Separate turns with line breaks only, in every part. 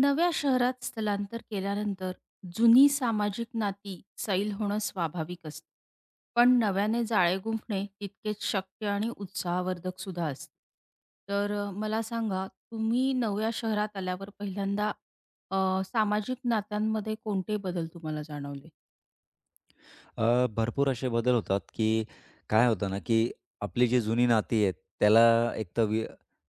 नव्या शहरात स्थलांतर केल्यानंतर जुनी सामाजिक नाती सैल होणं स्वाभाविक असतं, पण नव्याने जाळे गुंफणे तितकेच शक्य आणि उत्साहवर्धक सुद्धा असते. तर मला सांगा, तुम्ही नव्या शहरात आल्यावर पहिल्यांदा सामाजिक नात्यांमध्ये कोणते बदल तुम्हाला जाणवले?
भरपूर असे बदल होतात, की काय होतं ना, की आपली जी जुनी नाती आहेत, त्याला एक तर वि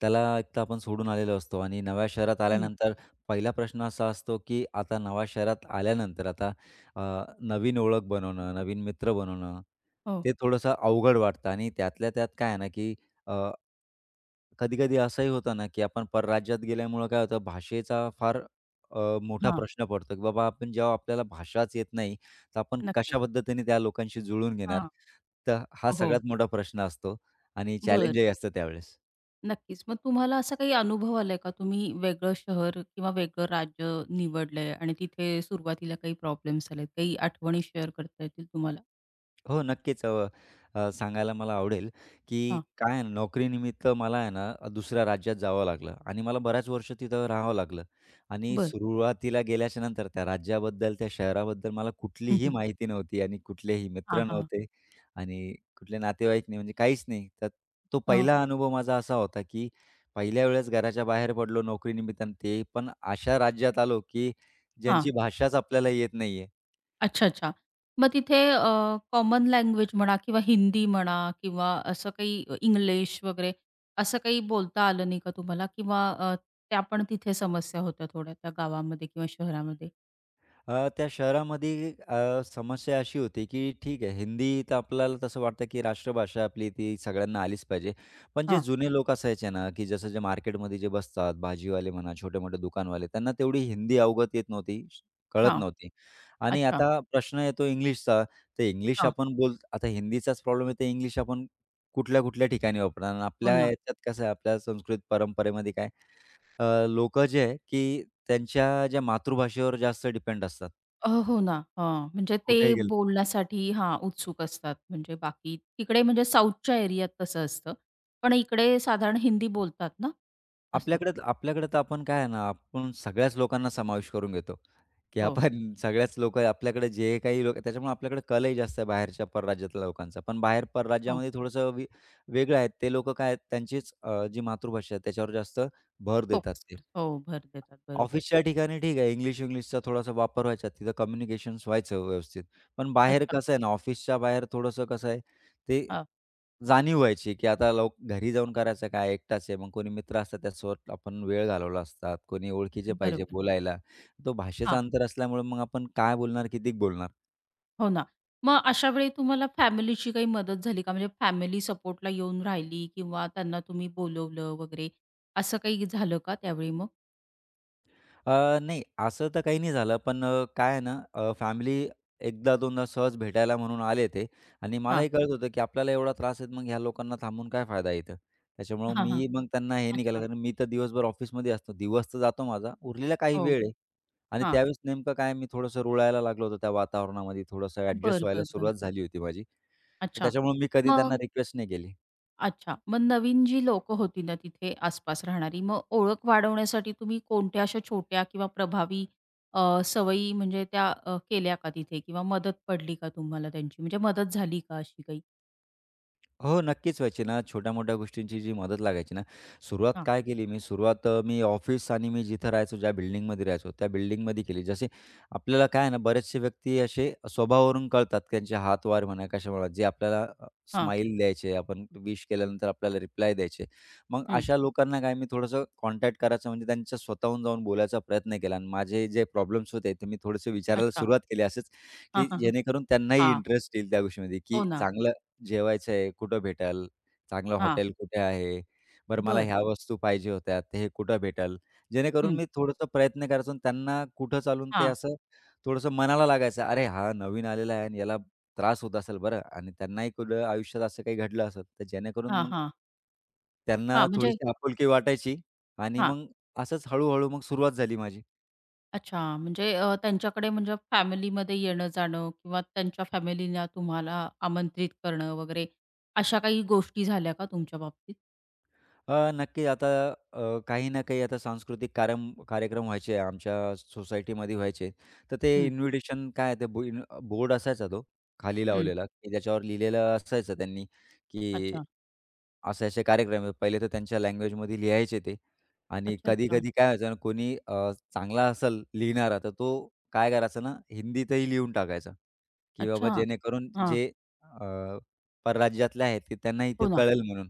त्याला एक तर आपण सोडून आलेलो असतो आणि नव्या शहरात
हं.
आल्यानंतर पहिला प्रश्न असा असतो, की आता नव्या शहरात आल्यानंतर अ, नवीन ओळख बनवणं, नवीन मित्र बनवणं,
हो.
ते थोडंसं अवघड वाटतं आणि त्यातल्या त्यात काय आहे ना, की कधी-कधी असंही होतं ना, की आपण परराज्यात गेल्यामुळं काय होतं भाषेचा फार मोठा
हां.
प्रश्न पडतो, की बाबा आपण जेव्हा आपल्याला भाषाच येत नाही, तर आपण कशा
नक्कीच.
पद्धतीने त्या लोकांशी जुळून घेणार?
हां.
तर हा
हो. हो.
सगळ्यात मोठा प्रश्न असतो आणि
बरं.
चॅलेंजही असतं त्यावेळेस.
नक्कीच. मग तुम्हाला असा काही अनुभव आलाय का? तुम्ही वेगळं शहर किंवा वेगळं राज्य निवडलंय आणि तिथे सुरुवातीला काही प्रॉब्लेम्स आलेत? काही आठवणी शेअर करता येतील तुम्हाला?
हो, नक्कीच. अ, अ, सांगायला मला आवडेल, की
हां,
काय आहे ना, नोकरीनिमित्त मला आहे ना, दुसऱ्या राज्यात जावं लागलं आणि मला बऱ्याच वर्ष तिथं राहावं लागलं आणि
बरं.
सुरुवातीला गेल्याच्या नंतर त्या राज्याबद्दल, त्या शहराबद्दल मला
हं,
कुठलीही
हं.
माहिती नव्हती आणि कुठलेही
हां,
मित्र
हां.
नव्हते आणि कुठले नातेवाईक नाही, म्हणजे काहीच नाही. तर तो
हां,
पहिला अनुभव माझा असा होता, की पहिल्या वेळेस घराच्या बाहेर पडलो नोकरीनिमित्तानं ते पण अशा राज्यात आलो, की
हां.
ज्यांची भाषाच आपल्याला येत नाहीये.
अच्छा, अच्छा. मग तिथे कॉमन लँग्वेज म्हणा किंवा हिंदी म्हणा किंवा असं काही इंग्लिश वगैरे असं काही बोलता आलं नाही का तुम्हाला? किंवा त्या पण तिथे समस्या होत्या थोड्या त्या गावामध्ये किंवा शहरामध्ये?
त्या शहरामध्ये समस्या अशी होती, की ठीक आहे, हिंदी तर आपल्याला तसं वाटतं, की राष्ट्रभाषा आपली ती सगळ्यांना आलीच पाहिजे. पण जे
हां,
जुने लोक असायचे ना, की जसं जे मार्केटमध्ये जे बसतात, भाजीवाले म्हणा, छोटे-मोठे दुकानवाले, त्यांना तेवढी हिंदी अवगत येत नव्हती, कळत
हां.
नव्हती. आणि
अच्छा.
आता प्रश्न येतो इंग्लिशचा. तर इंग्लिश
हां.
आपण आता हिंदीचाच प्रॉब्लेम आहे, तर इंग्लिश आपण कुठल्या-कुठल्या ठिकाणी वापरणार. आणि
हो
आपल्या
ना.
याच्यात कसं आहे, आपल्या संस्कृत परंपरेमध्ये काय अ, जे आहे, की त्यांच्या ज्या मातृभाषेवर जास्त डिपेंड असतात.
हो ना. हां, म्हणजे ते
कुठेही गेलो.
बोलण्यासाठी हां, उत्सुक असतात. म्हणजे बाकी तिकडे म्हणजे साऊथच्या एरियात तसं असतं. पण इकडे साधारण हिंदी बोलतात ना, असं.
आपल्याकडे आपल्याकडे तर आपण काय आहे ना, आपण सगळ्याच लोकांना समावेश करून घेतो, की
हो,
आपण सगळ्याच लोकं आपल्याकडे जे काही लोकं त्याच्यामुळे आपल्याकडे कलही जास्त आहे बाहेरच्या परराज्यातल्या लोकांचा. पण बाहेर
हो.
परराज्यामध्ये थोडंसं वेगळं आहे. ते लोकं काय आहेत त्यांचीच जी मातृभाषा आहे त्याच्यावर जास्त भर देतात
फोकस
ते.
करतात. हो, भर देतात. बरोबर.
ऑफिसच्या ठिकाणी ठीक आहे, इंग्लिश-विंग्लिशचा थोडासा वापर व्हायचा. तिथं कम्युनिकेशन्स व्हायचं व्यवस्थित. पण बाहेर
अच्छा.
कसं आहे ना, ऑफिसच्या बाहेर थोडंसं कसं आहे, ते
हां,
जाणीव व्हायची, की आता लोक घरी जाऊन करायचं काय, एकटाच आहे. मग कोणी मित्र असतात, त्यासोबत आपण वेळ घालवला असतात. कोणी ओळखीचे पाहिजे
बरोबर.
बोलायला. तो भाषेचा
हां,
अंतर असल्यामुळे मग आपण काय बोलणार, किती बोलणार?
हो ना. मग अशा वेळी तुम्हाला फॅमिलीची काही मदत झाली का? म्हणजे फॅमिली सपोर्टला येऊन राहिली किंवा त्यांना तुम्ही बोलवलं वगैरे असं काही झालं का त्यावेळी मग?
नाही असं तर काही नाही झालं, पण काय आहे ना, फॅमिली एकदा-दोनदा सहज भेटायला म्हणून आले ते आणि
हां.
मलाही कळत होतं, की आपल्याला एवढा त्रास आहे, मग ह्या लोकांना थांबून काय फायदा आहे इथं. त्याच्यामुळं
हां, हां.
मी मग त्यांना हे नाही केलं,
अच्छा.
कारण मी तर दिवसभर ऑफिसमध्ये असतो. दिवस तर जातो माझा, उरलेला काही
हो.
वेळ आहे आणि
हां.
त्यावेळेस नेमकं काय मी थोडंसं रुळायला लागलो होतो त्या वातावरणामध्ये, थोडंसं ॲडजस्ट
बरं,
व्हायला
बरं, बरं.
सुरुवात झाली होती माझी. तर
अच्छा.
त्याच्यामुळे मी कधी त्यांना
मग
रिक्वेस्ट नाही केली.
अच्छा. मग नवीन जी लोकं होती ना तिथे आसपास राहणारी, मग ओळख वाढवण्यासाठी तुम्ही कोणत्या अशा छोट्या किंवा प्रभावी सवयी म्हणजे त्या केल्या का तिथे किंवा मदत पडली का तुम्हाला त्यांची? म्हणजे मदत झाली का अशी काही?
हो, नक्कीच व्हायची ना. छोट्या-मोठ्या गोष्टींची जी मदत लागायची ना, सुरुवात
हां,
काय केली मी, सुरुवात मी ऑफिस आणि मी जिथं राहायचो, ज्या बिल्डिंगमध्ये राहायचो, त्या बिल्डिंगमध्ये केली. जसे आपल्याला काय आहे ना, बरेचसे व्यक्ती असे स्वभावावरून कळतात, त्यांचे हातवारे म्हणा, कशा म्हणा, जे आपल्याला
हां.
स्माईल द्यायचे, आपण विश केल्यानंतर आपल्याला रिप्लाय द्यायचे. मग
हं.
अशा लोकांना काय मी थोडंसं कॉन्टॅक्ट करायचं, म्हणजे त्यांच्या स्वतःहून जाऊन बोलायचा प्रयत्न केला आणि माझे जे प्रॉब्लेम्स होते, ते मी थोडेसे विचारायला
अच्छा.
सुरुवात केली, असंच
हां,
की
हां, हां.
जेणेकरून त्यांनाही
हां.
इंटरेस्ट येईल त्या गोष्टीमध्ये,
हो
की
ना.
चांगलं जेवायचं आहे, कुठं भेटेल? चांगलं
हां.
हॉटेल कुठे आहे? बरं मला
बरं.
ह्या वस्तू पाहिजे होत्या, ते हे कुठं भेटेल? जेणेकरून
हं.
मी थोडंसं प्रयत्न करायचो आणि त्यांना कुठं चालून ते
हां.
असं थोडंसं मनाला लागायचं, "अरे हा नवीन आलेला आहे आणि याला त्रास होत असेल बरं" आणि त्यांनाही कुठं आयुष्यात असं काही घडलं असेल, तर जेणेकरून
हां,
मग
हां.
त्यांना
हां, म्हणजे
थोडीशी आपुलकी वाटायची आणि
हां.
मग असंच हळू मग सुरुवात झाली माझी.
अच्छा. म्हणजे त्यांच्याकडे म्हणजे फॅमिलीमध्ये येणं-जाणं किंवा त्यांच्या फॅमिलीला तुम्हाला आमंत्रित करणं वगैरे अशा काही गोष्टी झाल्या का तुमच्या बाबतीत?
नक्की आता काही ना काही आता सांस्कृतिक कार्यक्रम व्हायचे आमच्या सोसायटीमध्ये व्हायचे. तर ते
हं,
इन्व्हिटेशन काय ते बो इन बोर्ड असायचा तो खाली
हं.
लावलेला, की ज्याच्यावर लिहिलेलं असायचं त्यांनी, की
अच्छा.
असे-असे कार्यक्रम आहे. पहिले तर त्यांच्या लँग्वेजमध्ये लिहायचे ते आणि
अच्छा, अच्छा.
कधी-कधी काय व्हायचं ना कोणी चांगला असेल लिहिणारा, तर तो काय करायचा ना हिंदीतही लिहून टाकायचा, की बाबा
अच्छा.
जेणेकरून
हां.
जे अ, परराज्यातले आहेत ते त्यांनाही ते
हो ना.
कळेल म्हणून.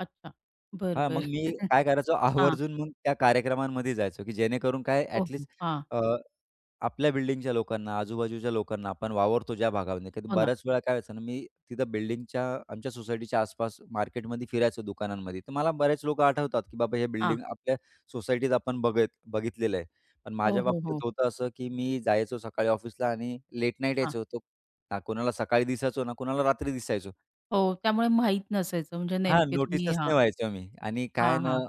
अच्छा. बरं,
हां, मग मी
बरं.
काय करायचो
हां.
आवर्जून मग त्या कार्यक्रमांमध्ये जायचो, की जेणेकरून काय
हो,
ॲट
हो.
लीस्ट
हां.
अ, आपल्या बिल्डिंगच्या लोकांना, आजूबाजूच्या लोकांना आपण वावरतो ज्या भागामध्ये, कधी
हो ना.
बऱ्याच वेळा काय व्हायचं ना, मी तिथं बिल्डिंगच्या आमच्या सोसायटीच्या आसपास मार्केटमध्ये फिरायचो दुकानांमध्ये, तर मला बरेच लोकं आठवतात, की बाबा हे
हां.
बिल्डिंग आपल्या सोसायटीत आपण बघितलेलं आहे. पण
हो,
माझ्या
हो,
बाबतीत
हो.
होतं असं, की मी जायचो सकाळी ऑफिसला आणि लेट नाईट
हां.
यायचो. तो ना कोणाला सकाळी दिसायचो, ना कोणाला रात्री दिसायचो.
हो, त्यामुळे माहीत नसायचं म्हणजे
हां,
नेमके तुम्ही
नोटीसच
हां.
नाही व्हायचो मी आणि काय
हां,
ना,
हां.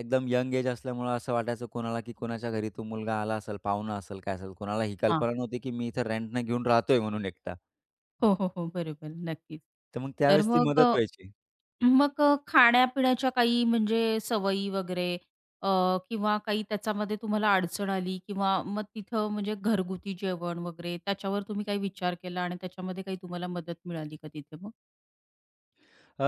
एकदम यंग एज असल्यामुळं असं वाटायचं कोणाला, की कोणाच्या घरी तो मुलगा आला असेल, पाहुणा असेल, काय असेल. कोणाला ही
हां.
कल्पना नव्हती, की मी इथं रेंटनं घेऊन राहतोय म्हणून एकटा.
हो, हो, हो. बरोबर. नक्कीच.
तर मग
तर
त्यावेळेस ती
मग
मदत
अ,
व्हायची.
मग अ, खाण्यापिण्याच्या काही म्हणजे सवयी वगैरे अ, किंवा काही त्याच्यामध्ये तुम्हाला अडचण आली किंवा मग तिथं म्हणजे घरगुती जेवण वगैरे त्याच्यावर तुम्ही काही विचार केला आणि त्याच्यामध्ये काही तुम्हाला मदत मिळाली का तिथे मग?
अ,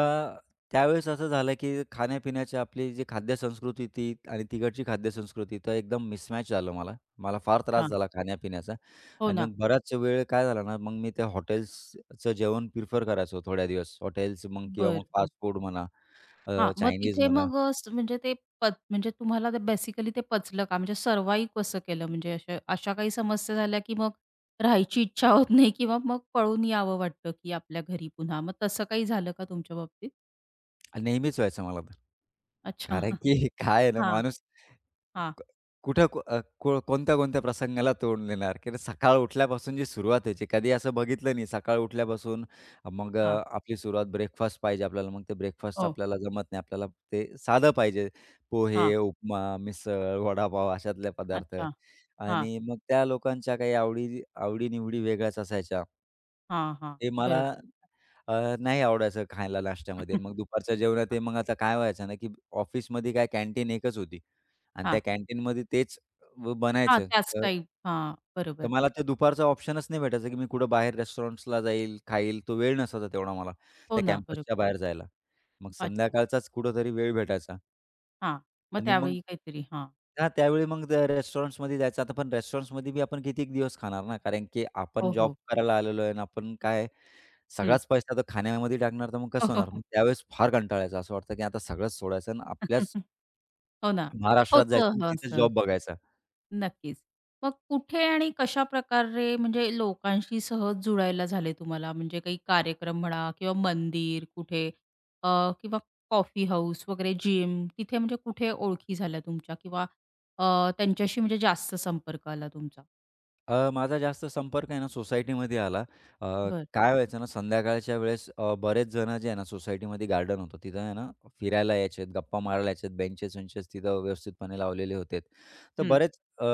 त्यावेळेस असं झालं, की खाण्यापिण्याची आपली जी खाद्यसंस्कृती ती आणि तिकडची खाद्यसंस्कृती तर एकदम मिसमॅच झालं मला. मला फार त्रास
अच्छा.
झाला खाण्यापिण्याचा
हो
आणि
ना.
मग बराच वेळ काय झाला ना, मग मी त्या हॉटेल्सचं जेवण प्रिफर करायचो थोड्या दिवस. हॉटेल्स मग किंवा
बरं,
मग
बरं.
फास्ट फूड म्हणा,
हां, मग
चायनीज
तिथे
म्हणा
मग अ, स म्हणजे ते म्हणजे तुम्हाला ते बेसिकली ते पचलं का? म्हणजे सर्वाइव्ह कसं केलं? म्हणजे अशा अशा काही समस्या झाल्या, की मग राहायची इच्छा होत नाही किंवा मग पळून यावं वाटतं, की आपल्या घरी पुन्हा. मग तसं काही झालं का तुमच्या बाबतीत?
आणि नेहमीच व्हायचं मला तर.
अच्छा.
कारण की काय आहे ना
हां,
माणूस
हां,
क कुठं को अ, को कोणत्या-कोणत्या प्रसंगाला तोंड देणार? की सकाळ उठल्यापासून जी सुरुवात व्हायची, कधी असं बघितलं नाही सकाळ उठल्यापासून मग
हां.
अ, आपली सुरुवात ब्रेकफास्ट पाहिजे आपल्याला. मग ते ब्रेकफास्ट
हो.
आपल्याला जमत नाही. आपल्याला ते साधं पाहिजे.
हां.
पोहे, उपमा, मिसळ, वडापाव अशातले पदार्थ
अच्छा. हां,
आणि मग त्या लोकांच्या काही आवडी आवडी वेगळ्याच असायच्या.
हां, हां.
ते मला
बरोबर.
अ, नाही आवडायचं खायला नाश्त्यामध्ये. मग दुपारच्या जेवणात ते मग आता काय व्हायचं ना, की ऑफिसमध्ये काय कॅन्टीन एकच होती. आणि त्या
हां,
कॅन्टीनमध्ये तेच
हां.
बनायचं.
त्याच
तर
टाईप. हां,
तर
बरोबर.
मला ते दुपारचा ऑप्शनच नाही भेटायचा, की मी कुठं बाहेर रेस्टॉरंट्सला जाईल, खाईल. तो वेळ नसायचा तेवढा मला
हो
त्या
ना,
कॅम्पसच्या
बरोबर.
बाहेर जायला. मग
अच्छा.
संध्याकाळचाच कुठेतरी वेळ भेटायचा
हां. मग
आणि मग
त्यावेळी काहीतरी हां.
हां, त्यावेळी मग त्या रेस्टॉरंट्समध्ये जायचं. आता पण रेस्टॉरंट्समध्ये बी आपण किती दिवस खाणार ना, कारण की आपण
हो,
जॉब
हो.
करायला आलेलो आहे आणि आपण काय
हं.
सगळाच पैसा तर खाण्यामध्ये टाकणार, तर मग
हो,
कसं
हो,
होणार? मग
हो.
त्यावेळेस फार कंटाळा असं वाटतं, की आता सगळंच सोडायचं आणि आपल्याच
हो ना.
महाराष्ट्रात
होतं
जायचं आणि
हं,
तिथेच
असं.
जॉब बघायचा.
नक्कीच. मग कुठे आणि कशाप्रकारे म्हणजे लोकांशी सहज जुळायला झाले तुम्हाला? म्हणजे काही कार्यक्रम म्हणा किंवा मंदिर कुठे अ, किंवा कॉफी हाऊस वगैरे जिम तिथे म्हणजे कुठे ओळखी झाल्या तुमच्या किंवा त्यांच्याशी म्हणजे जास्त संपर्क आला तुमचा?
माझा जास्त संपर्क आहे ना सोसायटीमध्ये आला. अ,
बरं.
काय व्हायचं ना संध्याकाळच्या वेळेस बरेच जण जे आहे ना सोसायटीमध्ये गार्डन होतं. तिथं आहे ना फिरायला यायचेत, गप्पा मारायला यायचेत. बेंचेस-वेंचेस तिथं व्यवस्थितपणे लावलेले होते. तर
हं.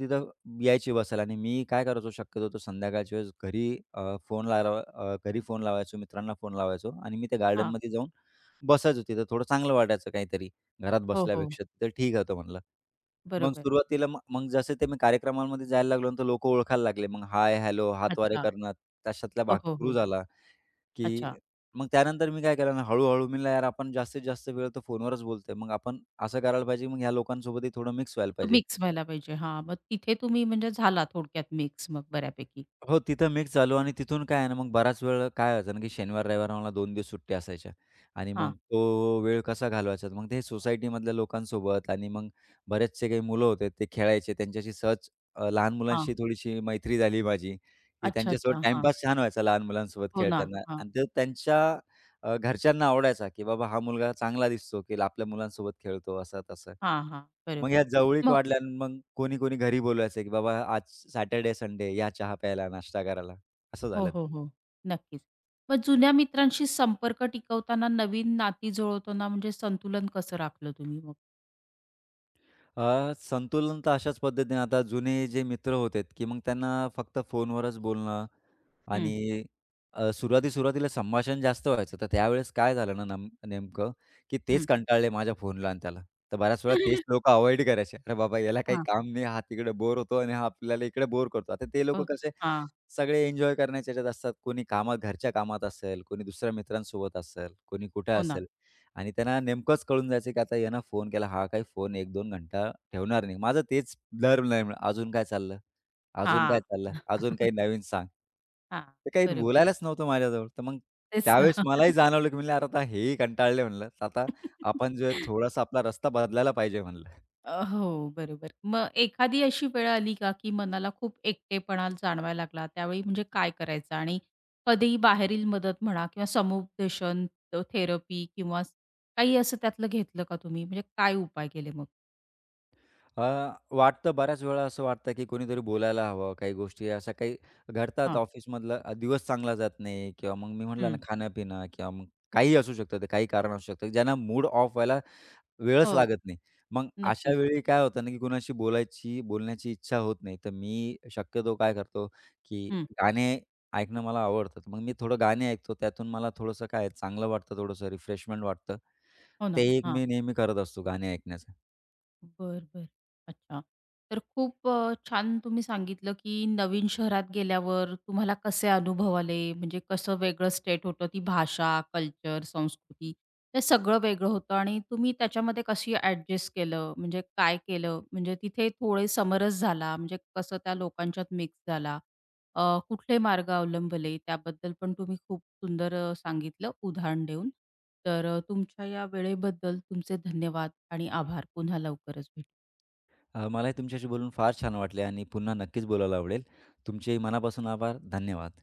तिथं यायचे बसायला आणि मी काय करायचो शक्यतो तो संध्याकाळच्या वेळेस घरी फोन लावायचो, मित्रांना फोन लावायचो आणि मी त्या
हां.
गार्डनमध्ये जाऊन बसायचो तिथं. थोडं चांगलं वाटायचं काहीतरी. घरात
हो, हो.
बसल्यापेक्षा तर ठीक होतं म्हणलं. मग
बरोबर.
सुरुवातीला मग मग जसे ते मी कार्यक्रमांमध्ये जायला लागलो ना, तर लोकं ओळखायला लागले. मग हाय, हॅलो, हातवारे
अच्छा.
करणं तशातला
हो,
भाग
हो,
सुरू
हो.
झाला,
अच्छा.
की मग त्यानंतर मी काय केलं ना, हळू-हळू मी म्हणलं, "यार, आपण जास्तीत जास्त वेळ तर फोनवरच बोलतोय. मग आपण असं करायला पाहिजे, मग ह्या लोकांसोबतही थोडं मिक्स व्हायला पाहिजे."
मिक्स व्हायला पाहिजे. हां. मग तिथे तुम्ही म्हणजे झाला थोडक्यात मिक्स मग बऱ्यापैकी.
हो, तिथं मिक्स झालो आणि तिथून काय आहे ना, मग बराच वेळ काय व्हायचं ना, की शनिवार, रविवार मला 2 दिवस सुट्ट्या असायच्या आणि मग
हां,
तो वेळ कसा घालवायचा? मग ते सोसायटीमधल्या लोकांसोबत आणि मग बरेचसे काही मुलं होते, ते खेळायचे. त्यांच्याशी सहज लहान
हां.
मुलांशी थोडीशी मैत्री झाली माझी, की
अच्छा,
त्यांच्यासोबत
अच्छा. हां.
टाईमपास छान व्हायचा लहान मुलांसोबत
हो ना.
खेळताना
हां,
आणि तो त्यांच्या घरच्यांना आवडायचा, की बाबा हा मुलगा चांगला दिसतो, की आपल्या मुलांसोबत खेळतो, असं तसं.
हां, हां.
मग
बरोबर.
ह्या जवळीक
मग
वाढल्या आणि मग कोणी कोणी घरी बोलवायचं की बाबा आज सॅटर्डे, संडे या चहा प्यायला, नाश्ता करायला, असं
हो,
झालं. ते.
हो, हो. नक्कीच. मग जुन्या मित्रांशी संपर्क टिकवताना नवीन नाती जुळवताना म्हणजे संतुलन कसं राखलं तुम्ही मग?
संतुलन तर अशाच पद्धतीने आता जुने जे मित्र होते, की मग त्यांना फक्त फोनवरच बोलणं
हं,
आणि सुरुवाती-सुरुवातीला संभाषण जास्त व्हायचं. तर त्यावेळेस काय झालं ना नेमकं, की तेच
हं.
कंटाळले माझ्या फोनला आणि त्याला. तर बऱ्याच वेळा तेच लोकं अव्हॉइड करायचे. "अरे बाबा, याला काही
हां.
काम नाही. हा तिकडे बोर होतो आणि हा आपल्याला इकडे बोर करतो." आता ते लोकं
हो.
कसे
हां.
सगळे एन्जॉय करण्याच्या ह्याच्यात असतात. कोणी कामात घरच्या कामात असेल, कोणी दुसऱ्या मित्रांसोबत असेल, कोणी कुठे
हो ना.
असेल आणि त्यांना नेमकंच कळून जायचं, की आता यानं फोन केला. हा काही फोन 1-2 घंटा ठेवणार नाही. माझं तेच धर्म नाही अजून काय चाललं? अजून
हां.
काय चाललं? अजून काही नवीन सांग.
हां.
ते काही
बरोबर.
बोलायलाच नव्हतं माझ्याजवळ. तर मग
तेच ना.
त्यावेळेस मलाही जाणवलं, की म्हणलं, "अरे आता हेही कंटाळले" म्हणलं. "आता आपण जो आहे थोडासा आपला रस्ता बदलायला पाहिजे" म्हणलं.
हो, बरोबर. मग एखादी अशी वेळ आली का, की मनाला खूप एकटेपणा जाणवायला लागला, त्यावेळी म्हणजे काय करायचं? आणि कधीही बाहेरील मदत म्हणा किंवा समुपदेशन, थेरपी किंवा काही असं त्यातलं घेतलं का तुम्ही? म्हणजे काय उपाय केले मग?
अ, वाटतं बऱ्याच वेळा असं वाटतं, की कोणीतरी बोलायला हवं. काही गोष्टी अशा काही घडतात
हां.
ऑफिसमधला दिवस चांगला जात नाही किंवा मग मी म्हटलं ना
हं.
खाणं-पिणं किंवा मग काहीही असू शकतं. ते काही कारण असू शकतं, ज्यांना मूड ऑफ व्हायला वेळच
हो,
लागत नाही. मग अशा
नक्कीच.
वेळी काय होतं ना, की कुणाशी बोलण्याची इच्छा होत नाही. तर मी शक्यतो काय करतो, की
हं.
गाणे ऐकणं मला आवडतं. तर मग मी थोडं गाणे ऐकतो. त्यातून मला थोडंसं काय चांगलं वाटतं, थोडंसं रिफ्रेशमेंट वाटतं.
हो
ते
ना.
एक
हां.
मी नेहमी करत असतो गाणे ऐकण्याचं.
बरं, बरं. अच्छा. तर खूप छान तुम्ही सांगितलं, की नवीन शहरात गेल्यावर तुम्हाला कसे अनुभव आले, म्हणजे कसं वेगळं स्टेट होतं, ती भाषा, कल्चर, संस्कृती ते सगळं वेगळं होतं आणि तुम्ही त्याच्यामध्ये कशी ॲडजस्ट केलं, म्हणजे काय केलं? म्हणजे तिथे थोडे समरस झाला, म्हणजे कसं त्या लोकांच्यात मिक्स झाला, कुठले मार्ग अवलंबले त्याबद्दल पण तुम्ही खूप सुंदर सांगितलं उदाहरण देऊन. तर तुमच्या या वेळेबद्दल तुमचे धन्यवाद आणि आभार. पुन्हा लवकरच भेटू.
मलाही तुमच्याशी बोलून फार छान वाटले आणि पुन्हा नक्कीच बोलायला आवडेल. तुमचेही मनापासून आभार. धन्यवाद.